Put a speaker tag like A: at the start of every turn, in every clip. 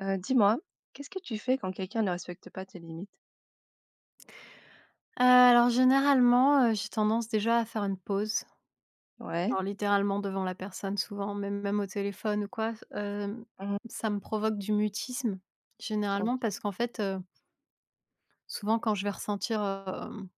A: Dis-moi, qu'est-ce que tu fais quand quelqu'un ne respecte pas tes limites?
B: Alors généralement, j'ai tendance déjà à faire une pause,
A: Ouais.
B: genre littéralement devant la personne souvent, même au téléphone ou quoi, s
A: Mmh.
B: ça me provoque du mutisme généralement
A: OK.
B: parce qu'en fait, souvent quand je vais ressentir,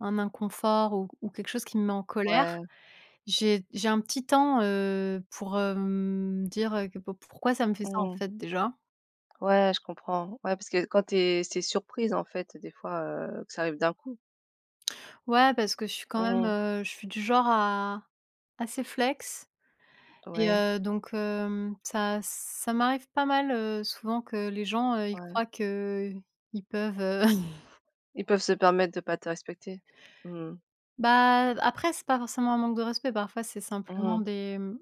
B: un inconfort ou quelque chose qui me met en
A: Ouais.
B: colère, j'ai un petit temps, pour, me dire, que po pourquoi ça me fait ça en
A: Mmh.
B: fait déjà.
A: Ouais, je comprends. Ouais, parce que quand t'es c'est surprise, en fait, des fois, que ça arrive d'un coup.
B: Ouais parce que je suis quand même,
A: Mmh.
B: je suis du genre à assez flex. Et
A: Ouais,
B: donc ça m'arrive pas mal, souvent que les gens, ils
A: ouais.
B: croient qu'ils peuvent,
A: Ils peuvent se permettre de pas te respecter. Mmh.
B: bah, après c'est pas forcément un manque de respect, parfois c'est
A: Mmh.
B: simplement des, mmh,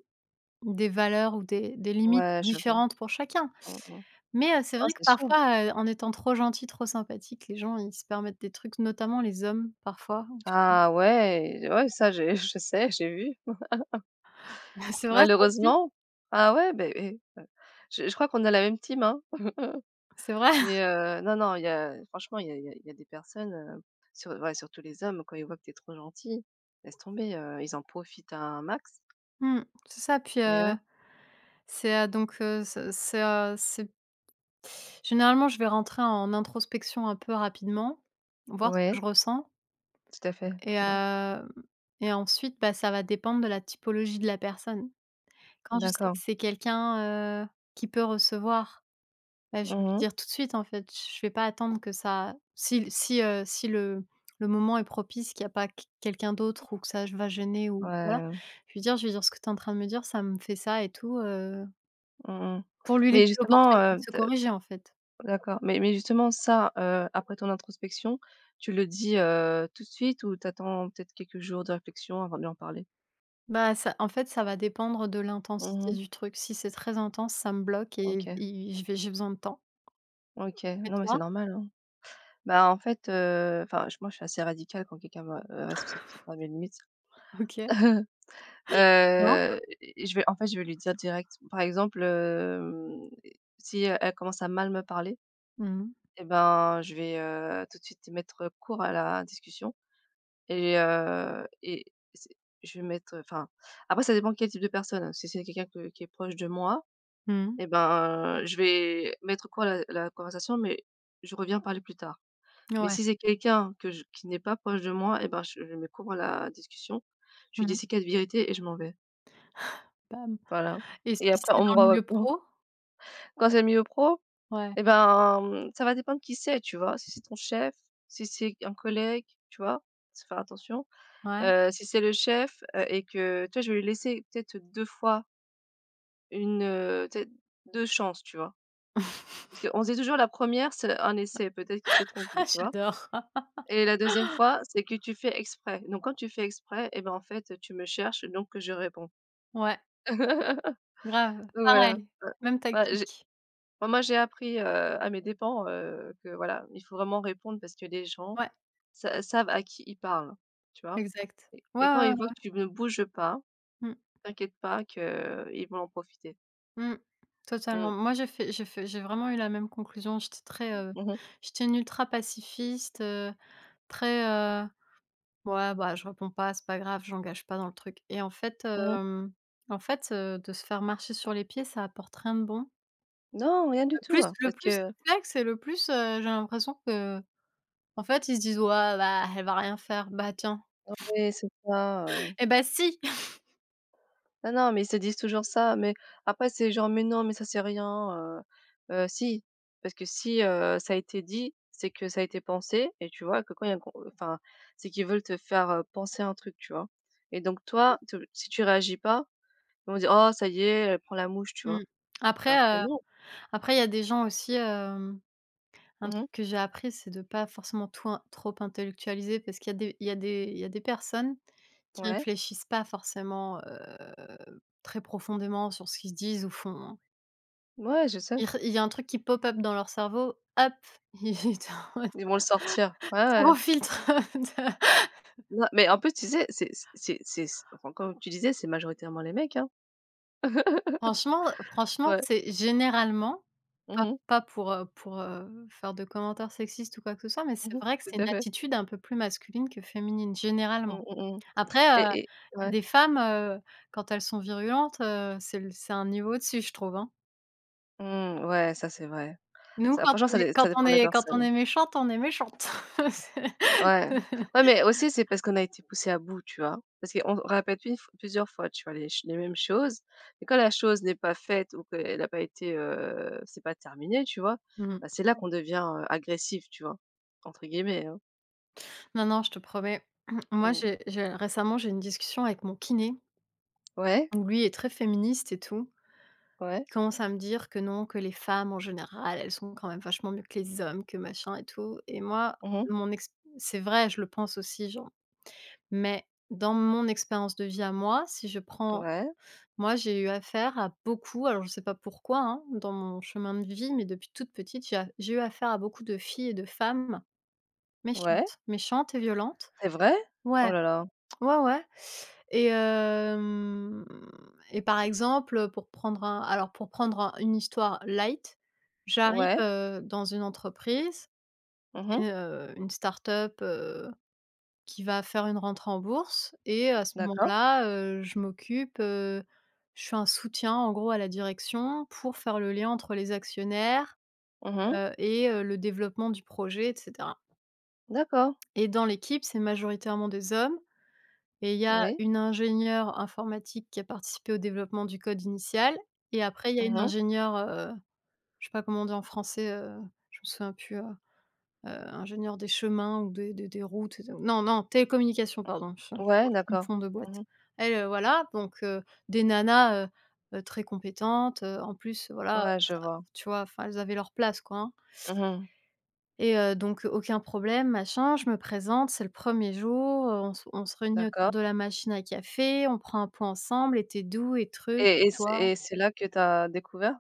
B: des valeurs ou des limites
A: Ouais, je vois.
B: différentes pour chacun.
A: Mmh mh.
B: Mais c'est
A: Ah,
B: vrai que
A: c'est sûr.
B: parfois, en étant trop gentil, trop sympathique, les gens ils se permettent des trucs, notamment les hommes parfois.
A: Ah ouais, ouais, ça, j'ai je sais, j'ai vu.
B: C'est vrai ça aussi?
A: Malheureusement. Ah ouais, ben. Eh, je crois qu'on a la même team, hein.
B: C'est vrai?
A: Mais non, non, il y a franchement, il y a il y a il y a des personnes, sur ouais, surtout les hommes, quand ils voient que t'es trop gentil, laisse tomber, ils en profitent un max.
B: Mmh, c'est ça. Puis,
A: Mais ouais.
B: c'est généralement, je vais rentrer en introspection un peu rapidement, voir ce que
A: Ouais,
B: je ressens
A: tout à fait,
B: et
A: je vois.
B: hem et ensuite, bah, ça va dépendre de la typologie de la personne. Quand je sais que
A: D'accord.
B: c'est quelqu'un, qui peut recevoir, bah, je vais lui
A: Mmh.
B: dire tout de suite, en fait. Je vais pas attendre que ça si le moment est propice, qu'il n'y a pas q quelqu'un d'autre ou que ça va gêner ou voilà,
A: Ouais,
B: je vais dire: «Ce que tu es en train de me dire, ça me fait ça et tout»,
A: mmh.
B: pour lui
A: Mais
B: laisser
A: justement,
B: l'opportunité de se
A: tu
B: corriger, en fait.
A: d'accord, mais justement ça, après ton introspection, tu le dis, tout de suite ou t'attends peut-être quelques jours de réflexion avant de lui en parler?
B: Bah, ça en fait, ça va dépendre de l'intensité
A: Mmh.
B: du truc. Si c'est très intense, ça me bloque et
A: OK,
B: et je vais j'ai besoin de temps.
A: OK.
B: Et
A: Non, mais c'est
B: toi?
A: normal, hein. Bah, en fait, enfin, je moi, je suis assez radicale quand quelqu'un me, respecte pas mes limites.
B: OK. Comment?
A: Heu, je vais en fait, je vais lui dire direct. Par exemple, si elle commence à mal me parler
B: Mmh mh.
A: et ben, je vais, tout de suite mettre court à la discussion et c'est je vais mettre, enfin, après ça dépend quel type de personne. Si c'est quelqu'un que qui est proche de moi
B: Mmh.
A: et ben, je vais mettre court à la conversation, mais je reviens parler plus tard. Mais
B: Ouais.
A: si c'est quelqu'un que je qui n'est pas proche de moi eh ben, je mets cours à la discussion. Je lui dis
B: Mmh.
A: ses 4 vérités et je m'en vais.
B: Bam.
A: Voilà,
B: Et si
A: et après
B: c'est
A: on me
B: dans le
A: voit
B: milieu
A: plus.
B: pro?
A: Quand c'est le milieu pro,
B: Ouais,
A: eh ben, ça va dépendre qui c'est, tu vois? Si c'est ton chef, si c'est un collègue, tu vois? Faut faire attention.
B: ouais.
A: Si c'est le chef, et que tu vois, je vais lui laisser peut-être 2 fois tu sais, 2 chances, tu vois? Parce qu'on se dit toujours la première c'est un essai, peut-être qu'il s'est
B: Ah,
A: trompé, tu vois?
B: j'adore!
A: Et la deuxième fois, c'est que tu fais exprès. Donc quand tu fais exprès et ben, en fait, tu me cherches donc je réponds.
B: Ouais, grave,
A: Donc voilà,
B: pareil,
A: ouais.
B: même
A: Ouais, j'ai
B: tactique.
A: enfin moi j'ai appris, à mes dépens, que voilà, il faut vraiment répondre parce que les gens
B: Ouais,
A: sa savent à qui ils parlent, tu vois?
B: exact.
A: Et
B: Ouais,
A: et quand
B: ouais,
A: ils voient que
B: ouais.
A: tu ne bouges pas,
B: Mmh,
A: t'inquiète pas que ils vont en profiter.
B: mmh. Totalement.
A: Mmh.
B: Moi, j'ai vraiment eu la même conclusion. J'étais très, heu,
A: Mmh mh.
B: j'étais une ultra pacifiste, très. Ouais, bah, je réponds pas, c'est pas grave, j'engage pas dans le truc et en fait,
A: Mmh.
B: hem, en fait, heu, de se faire marcher sur les pieds, ça apporte rien de bon.
A: Non, rien du
B: Le
A: tout,
B: plus le
A: parce
B: plus
A: que
B: c'est flexes et le plus, j'ai l'impression que en fait, ils se disent: «Ouais, bah, elle va rien faire. Bah, tiens.
A: non mais c'est ça.
B: Et bah, si!»
A: Non, non, mais ils se disent toujours ça, mais après c'est genre: «Mais non, mais ça c'est rien». Si, parce que si, ça a été dit, c'est que ça a été pensé et tu vois que quand il y a un con enfin, c'est qu'ils veulent te faire, penser un truc, tu vois? Et donc toi, te si tu réagis pas, ils vont dire: «Oh ça y est, elle prend la mouche», tu vois?
B: Mmh. Après,
A: Alors que
B: heu,
A: non.
B: après il y a des gens aussi, un
A: Mmh.
B: truc que j'ai appris, c'est de pas forcément tout in trop intellectualiser parce qu'il y a des personnes qui
A: Ouais.
B: réfléchissent pas forcément, très profondément sur ce qu'ils se disent ou font, hein.
A: Ouais, je sais.
B: Il y a un truc qui pop up dans leur cerveau, hop, ils étaient en mode
A: Ils vont le sortir. Ouais,
B: zéro
A: ouais.
B: filtre.
A: Non, mais en plus, tu sais, c'est c enfin, comme tu disais, c'est majoritairement les mecs, hein.
B: Franchement franchement,
A: Ouais.
B: c'est généralement pas
A: Mmh mh.
B: pas pour faire de commentaires sexistes ou quoi que ce soit, mais c'est
A: Mmh.
B: vrai que
A: Tout
B: c'est une
A: à fait.
B: attitude un peu plus masculine que féminine, généralement.
A: Mmh, mmh mh.
B: Après,
A: Et
B: il y a
A: ouais.
B: des femmes, quand elles sont virulentes, c'est un niveau au-dessus, je trouve, hein.
A: Mmh, ouais, ça c'est vrai.
B: Nous,
A: Ça franchement ça dépend de la
B: quand on
A: personne.
B: est méchante, on est méchante. C'est
A: Ouais. Ouais, mais aussi c'est parce qu'on a été poussé à bout, tu vois? Parce qu'on répète une f plusieurs fois, tu vois, les mêmes choses et quand la chose n'est pas faite ou qu'elle a pas été, c'est pas terminé, tu vois?
B: mmh.
A: Bah, c'est là qu'on devient, «agressif», tu vois? Entre guillemets, hein.
B: Non, non, je te promets. Moi,
A: Mmh.
B: j'ai récemment, j'ai une discussion avec mon kiné,
A: Ouais,
B: où lui est très féministe et tout.
A: ouais.
B: Il commence à me dire que non, que les femmes, en général, elles sont quand même vachement mieux que les hommes, que machin et tout. Et moi,
A: Mmh.
B: mon ex c'est vrai, je le pense aussi, genre. Mais dans mon expérience de vie à moi, si je prends
A: Ouais,
B: moi, j'ai eu affaire à beaucoup, alors je sais pas pourquoi, hein, dans mon chemin de vie, mais depuis toute petite, j'ai eu affaire à beaucoup de filles et de femmes
A: ouais.
B: méchantes, méchantes et violentes.
A: C'est vrai? Oh
B: Ouais.
A: là là.
B: Ouais, ouais et hem et par exemple, pour prendre un alors pour prendre un une histoire light, j'arrive,
A: Ouais.
B: dans une entreprise qui
A: Mmh.
B: est, une start-up, qui va faire une rentrée en bourse et à ce
A: D'accord.
B: moment-là, je suis un soutien en gros à la direction pour faire le lien entre les actionnaires,
A: Mmh.
B: le développement du projet et cetera
A: D'accord.
B: et dans l'équipe, c'est majoritairement des hommes. Et il y a
A: Oui.
B: une ingénieure informatique qui a participé au développement du code initial et après il y a une
A: Mmh.
B: ingénieure, je sais pas comment on dit en français, je me souviens plus, ingénieure des chemins ou des routes et de non, non, télécommunications, pardon, je
A: Ouais, d'accord.
B: confonds 2 boîtes.
A: Mmh.
B: Elle, voilà, donc des nanas, très compétentes, en plus, voilà,
A: Ouais, je
B: ça
A: vois.
B: tu vois? Enfin, elles avaient leur place, quoi, hein.
A: Mmh.
B: Et donc aucun problème, machin. Je me présente, c'est le premier jour, on se réunit
A: D'accord.
B: autour de la machine à café, on prend un pot ensemble et tu d'où et truc et toi?
A: Et c'est là que tu as découvert?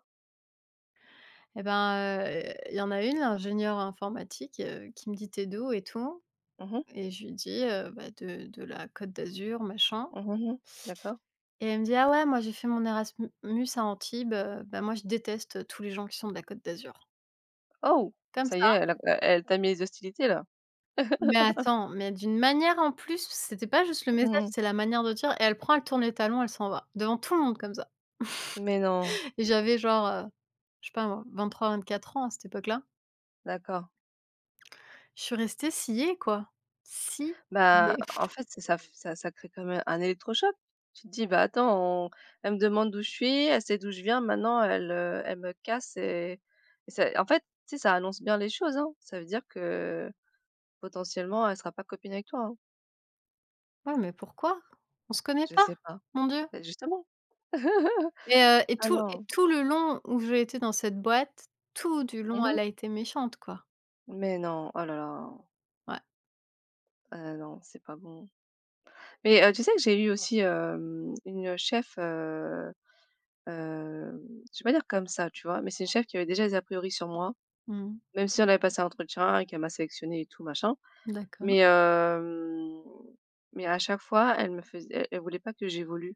B: Et ben, il y en a une, l'ingénieure informatique, qui me dit: t'es es d'où et tout?»
A: Mmh mh.
B: et je lui dis, bah, de la Côte d'Azur, machin
A: Mmh. D'accord.
B: et elle me dit: «Ah ouais, moi j'ai fait mon Erasmus à Antibes, bah, moi je déteste tous les gens qui sont de la Côte d'Azur».
A: Oh!
B: Comme
A: Ça y est, elle t'a mis les hostilités là?
B: Mais attends, mais d'une manière en plus, c'était pas juste le message,
A: Mmh.
B: c'est la manière de dire et elle tourne les talons, elle s'en va, devant tout le monde comme ça
A: Mais non,
B: et j'avais genre, je sais pas moi, 23-24 ans à cette époque-là.
A: d'accord.
B: Je suis restée sciée quoi, sciée.
A: Bah, en fait, ça crée quand même un électrochoc. Tu te dis: «Bah, attends, on elle me demande d'où je suis, elle sait d'où je viens, maintenant elle me casse». Et ça en fait, tu sais, ça annonce bien les choses, hein. Ça veut dire que, potentiellement, elle sera pas copine avec toi, hein.
B: Ouais, mais pourquoi? On se connaît
A: Je
B: pas,
A: sais pas.
B: mon Dieu
A: Bah, justement.
B: et
A: Ah
B: tout et
A: non.
B: tout le long où j'ai été dans cette boîte, tout du long,
A: Mmh.
B: elle a été méchante quoi.
A: Mais non, oh là là,
B: Ouais.
A: non, c'est pas bon. Mais, tu sais que j'ai eu aussi, une chef, hem, je vais pas dire comme ça, tu vois? Mais c'est une chef qui avait déjà des a priori sur moi,
B: Mmh.
A: même si on avait passé un entretien et qu'elle m'a sélectionné et tout machin.
B: D'accord.
A: Mais, hem, mais à chaque fois, elle me faisait elle voulait pas que j'évolue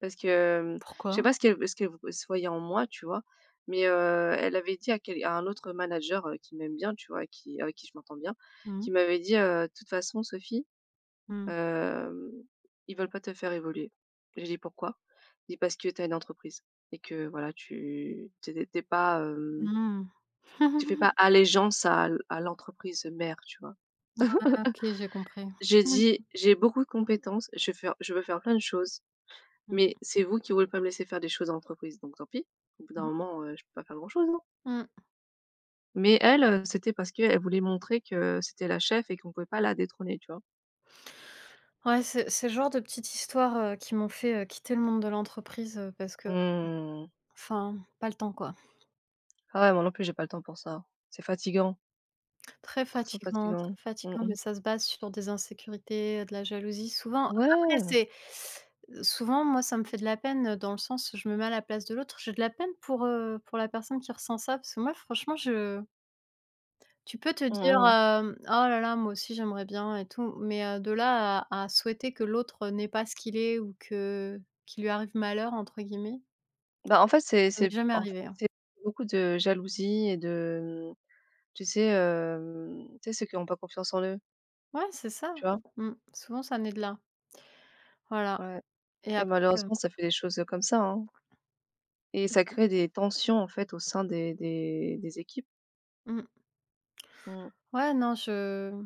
A: parce que, je sais
B: Pourquoi?
A: pas ce qu'elle ce qu'elle v se voyait en moi, tu vois? Mais, elle avait dit à un autre manager, qui m'aime bien, tu vois? Qui Avec qui je m'entends bien, qui
B: Mmh.
A: m'avait dit, «De toute façon Sophie,
B: Mmh.
A: Hem, ils veulent pas te faire évoluer. J'ai dit: «Pourquoi?» Il dit: «Parce que tu as une entreprise et que voilà, tu t'es étais tu pas, hem,
B: Mmh.
A: tu fais pas allégeance à l à l'entreprise mère», tu vois?
B: Ah, OK, j'ai compris.
A: J'ai
B: Mmh.
A: dit: «J'ai beaucoup de compétences, je veux faire plein de choses,
B: Mmh
A: mais c'est vous qui voulez pas me laisser faire des choses en entreprise, donc tant pis. Au bout d'un
B: mh.
A: moment, je peux pas faire grand chose, hein».
B: Mmh.
A: Mais elle, c'était parce qu'elle voulait montrer que c'était la chef et qu'on pouvait pas la détrôner, tu vois?
B: Ouais, c'est le genre de petites histoires, qui m'ont fait, quitter le monde de l'entreprise, parce que,
A: Mmh.
B: enfin, pas le temps, quoi.
A: Ah ouais, moi non plus, j'ai pas le temps pour ça. C'est fatigant. Trop, trop
B: Très
A: fatiguant. Mmh
B: fatigant, mais
A: mh.
B: ça se base sur des insécurités, de la jalousie. Souvent après
A: Ouais,
B: c'est souvent moi ça me fait de la peine, dans le sens où je me mets à la place de l'autre. J'ai de la peine pour la personne qui ressent ça parce que moi franchement je tu peux te
A: mmh
B: dire,
A: mh.
B: hem: «Oh là là, moi aussi j'aimerais bien et tout», mais de là à souhaiter que l'autre n'est pas ce qu'il est ou que qu'il lui arrive «malheur» entre guillemets,
A: Bah, en fait,
B: ça m'est
A: c'est
B: jamais
A: en f
B: arrivé, hein.
A: c'est beaucoup de jalousie et de, tu sais, ceux qui ont pas confiance en eux,
B: Ouais, c'est ça.
A: tu vois?
B: Mmh, souvent ça naît de là. Voilà
A: Ouais
B: et
A: et
B: après,
A: malheureusement, ça fait des choses, comme ça, hein, et
B: c'est
A: ça
B: ça.
A: crée des tensions, en fait, au sein des équipes.
B: Mmh.
A: Mmh.
B: Ouais, non, je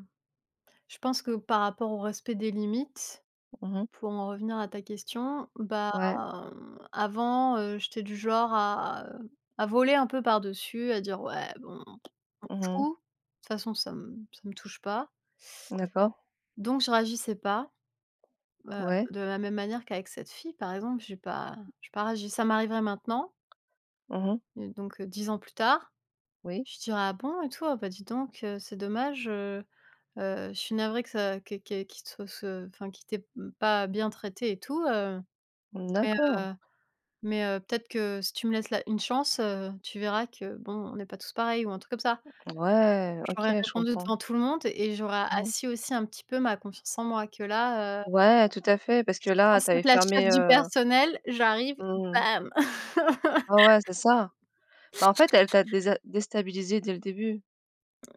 B: je pense que par rapport au respect des limites,
A: Mmh mh.
B: pour en revenir à ta question, bah,
A: Ouais.
B: avant, j'étais du genre à, voler un peu par-dessus, à dire: «Ouais, bon, on
A: Mmh mh.
B: fout, de toute façon ça me touche pas»,
A: D'accord.
B: donc je réagissais pas, heu,
A: Ouais.
B: de la même manière qu'avec cette fille, par exemple, j'ai pas réagi. Ça m'arriverait maintenant,
A: Mmh mh.
B: et donc 10 ans plus tard,
A: Oui.
B: je dirais: «Ah bon?» et tout, «Ah bah, dis donc, c'est dommage, je suis navrée que ça que qu'il soit se enfin, qu'il t'ait pas bien traité et tout, mais
A: D'accord.
B: heu mais peut-être que si tu me laisses là une chance, tu verras que bon, on n'est pas tous pareils ou un truc comme ça.
A: Ouais, OK,
B: J'aurais
A: je
B: répondu
A: comprends.
B: devant tout le monde et j'aurais
A: Mmh mh.
B: assis aussi un petit peu ma confiance en moi que là,
A: Ouais, tout à fait, parce
B: je
A: que
B: suis
A: là,
B: censée
A: tu avais
B: être la chef
A: fermé,
B: du personnel, j'arrive,
A: mmh mh.
B: bam!
A: Ouais, ouais, c'est ça. Bah, en fait, elle t'a désa déstabilisée dès le début,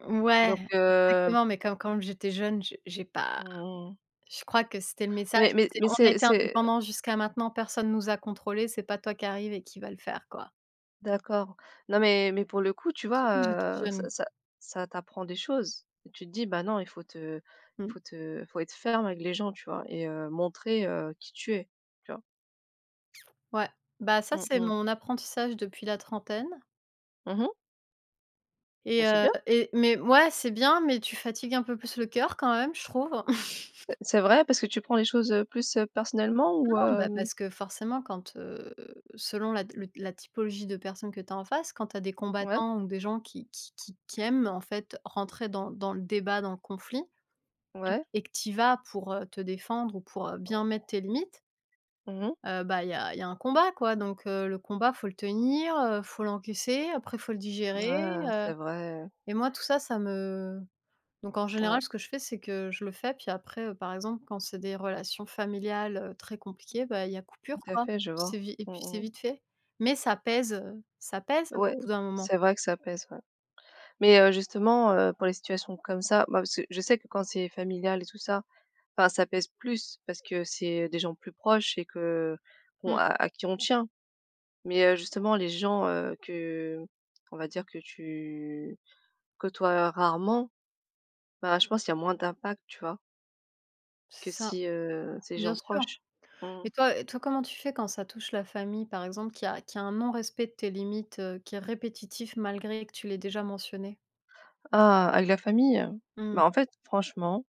B: Ouais,
A: donc,
B: exactement, mais comme quand j'étais jeune, je j'ai pas.
A: mmh
B: Je crois que c'était le message,
A: Mais mais
B: c'est:
A: mais
B: «On a été
A: c'est
B: indépendants jusqu'à maintenant, personne nous a contrôlés, c'est pas toi qui arrive et qui va le faire, quoi.
A: d'accord. Non, mais pour le coup, tu
B: C'est tout. J'étais
A: vois,
B: jeune».
A: ça t'apprend des choses. Et tu te dis: «Bah, non, il faut te
B: Mmh.
A: faut te faut être ferme avec les gens», tu vois? Et montrer, qui tu es, tu vois?
B: Ouais. Bah, ça,
A: Mmh
B: c'est
A: mh.
B: mon apprentissage depuis la trentaine
A: Mmh mh. Bah, c'est bien,
B: mais ouais, c'est bien, mais tu fatigues un peu plus le cœur quand même, je trouve.
A: c'est vrai parce que tu prends les choses, plus, personnellement ou
B: Non, bah,
A: hem?
B: parce que forcément quand, selon la typologie de personnes que tu as en face, quand tu as des
A: Ouais,
B: combattants ou des gens qui aiment, en fait, rentrer dans le débat, dans le conflit
A: ouais.
B: et que tu y vas pour, te défendre ou pour, bien mettre tes limites.
A: Mmh.
B: Bah, il y a un combat quoi, donc le combat faut le tenir, faut l'encaisser, après faut le digérer,
A: Ah,
B: heu
A: c'est vrai.
B: et moi tout ça, ça me donc en
A: Ouais,
B: général, ce que je fais, c'est que je le fais, puis après, par exemple, quand c'est des relations familiales, très compliquées, bah, il y a coupure
A: tout à
B: quoi.
A: fait, je
B: C'est
A: vois.
B: vi Et
A: Mmh
B: puis c'est
A: mh.
B: vite fait. Mais ça pèse au
A: Ouais,
B: bout d'un moment.
A: c'est vrai que ça pèse, ouais. Mais, justement, pour les situations comme ça, bah, parce que je sais que quand c'est familial et tout ça, enfin, ça pèse plus parce que c'est des gens plus proches et que bon,
B: Mmh,
A: à qui on tient. Mais, justement les gens, que on va dire que tu côtoies rarement, bah, je pense qu'il y a moins d'impact, tu vois?
B: c'est
A: Que
B: ça,
A: si, c'est des
B: bien
A: gens
B: sûr.
A: proches. Mmh.
B: Et toi, comment tu fais quand ça touche la famille, par exemple, qui a un non-respect de tes limites, qui est répétitif malgré que tu l'aies déjà mentionné?
A: Ah, avec la famille?
B: Mmh.
A: Bah, en fait, franchement,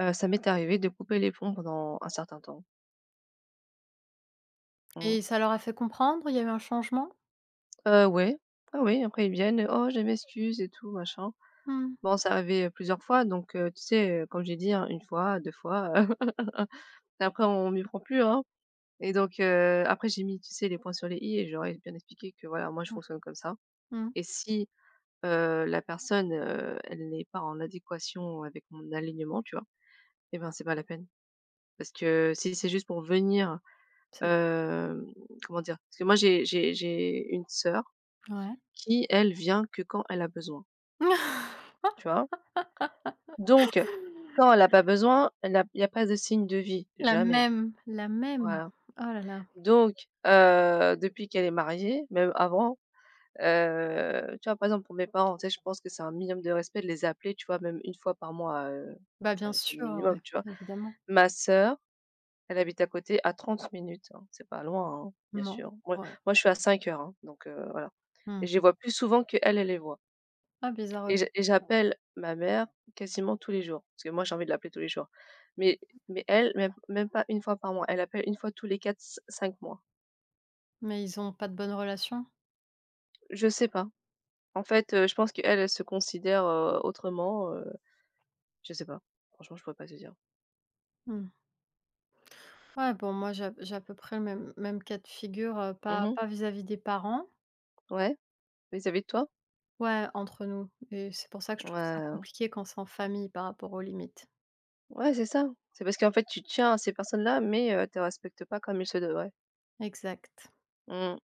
A: ça m'est arrivé de couper les ponts pendant un certain temps. Mmh.
B: Et ça leur a fait comprendre? Il y a eu un changement?
A: Ouais. Ah oui, après ils viennent, «Oh, je m'excuse et tout machin».
B: Mmh.
A: Bon, c'est arrivé, plusieurs fois donc, tu sais, comme j'ai dit, hein, 1 fois, 2 fois, et après on m'y prend plus, hein, et donc, après j'ai mis, tu sais, les points sur les i et je leur ai bien expliqué que voilà, moi je
B: Ouais.
A: fonctionne comme ça
B: Mmh.
A: et si, la personne, elle n'est pas en adéquation avec mon alignement, tu vois? Et ben, c'est pas la peine. Parce que si c'est juste pour venir,
B: C'est
A: hem, comment dire? Parce que moi j'ai une sœur
B: Ouais.
A: qui, elle, vient que quand elle a besoin, tu vois? Donc, quand elle a pas besoin, elle a il y a pas de signe de vie,
B: La
A: jamais,
B: même, la même.
A: voilà.
B: Oh là là.
A: Donc, depuis qu'elle est mariée, même avant, tu vois, par exemple, pour mes parents, tu sais, je pense que c'est un minimum de respect de les appeler, tu vois, même une fois par mois,
B: Bah,
A: ça
B: bien
A: c'est le
B: sûr, ouais,
A: minimum, tu vois?
B: évidemment.
A: Ma sœur, elle habite à côté, à 30 minutes, hein, c'est pas loin, hein, bien
B: Non.
A: sûr. Moi
B: Ouais.
A: moi, je suis à 5 heures, hein, donc, voilà, et
B: Mmh.
A: je les vois plus souvent qu'elle, elle les voit.
B: Ah bizarre, ouais.
A: Et j'appelle ma mère quasiment tous les jours, parce que moi j'ai envie de l'appeler tous les jours. Mais mais elle, même pas une fois par mois, elle appelle une fois tous les quatre cinq mois.
B: Mais ils ont pas de bonne relation?
A: Je sais pas. En fait, je pense qu'elle, elle se considère, autrement, je sais pas. Franchement, je pourrais pas te dire.
B: Mmh. Ouais, bon, moi, j'ai à peu près le même cas de figure, pas
A: Mmh.
B: pas vis-à-vis des parents.
A: Ouais, vis-à-vis de toi?
B: Ouais, entre nous et c'est pour ça que je trouve ça
A: Ouais,
B: compliqué quand c'est en famille par rapport aux limites.
A: ouais, c'est ça. C'est parce qu'en fait, tu tiens à ces personnes-là, mais tu respectes pas comme il se devrait.
B: Exact.
A: Mmh.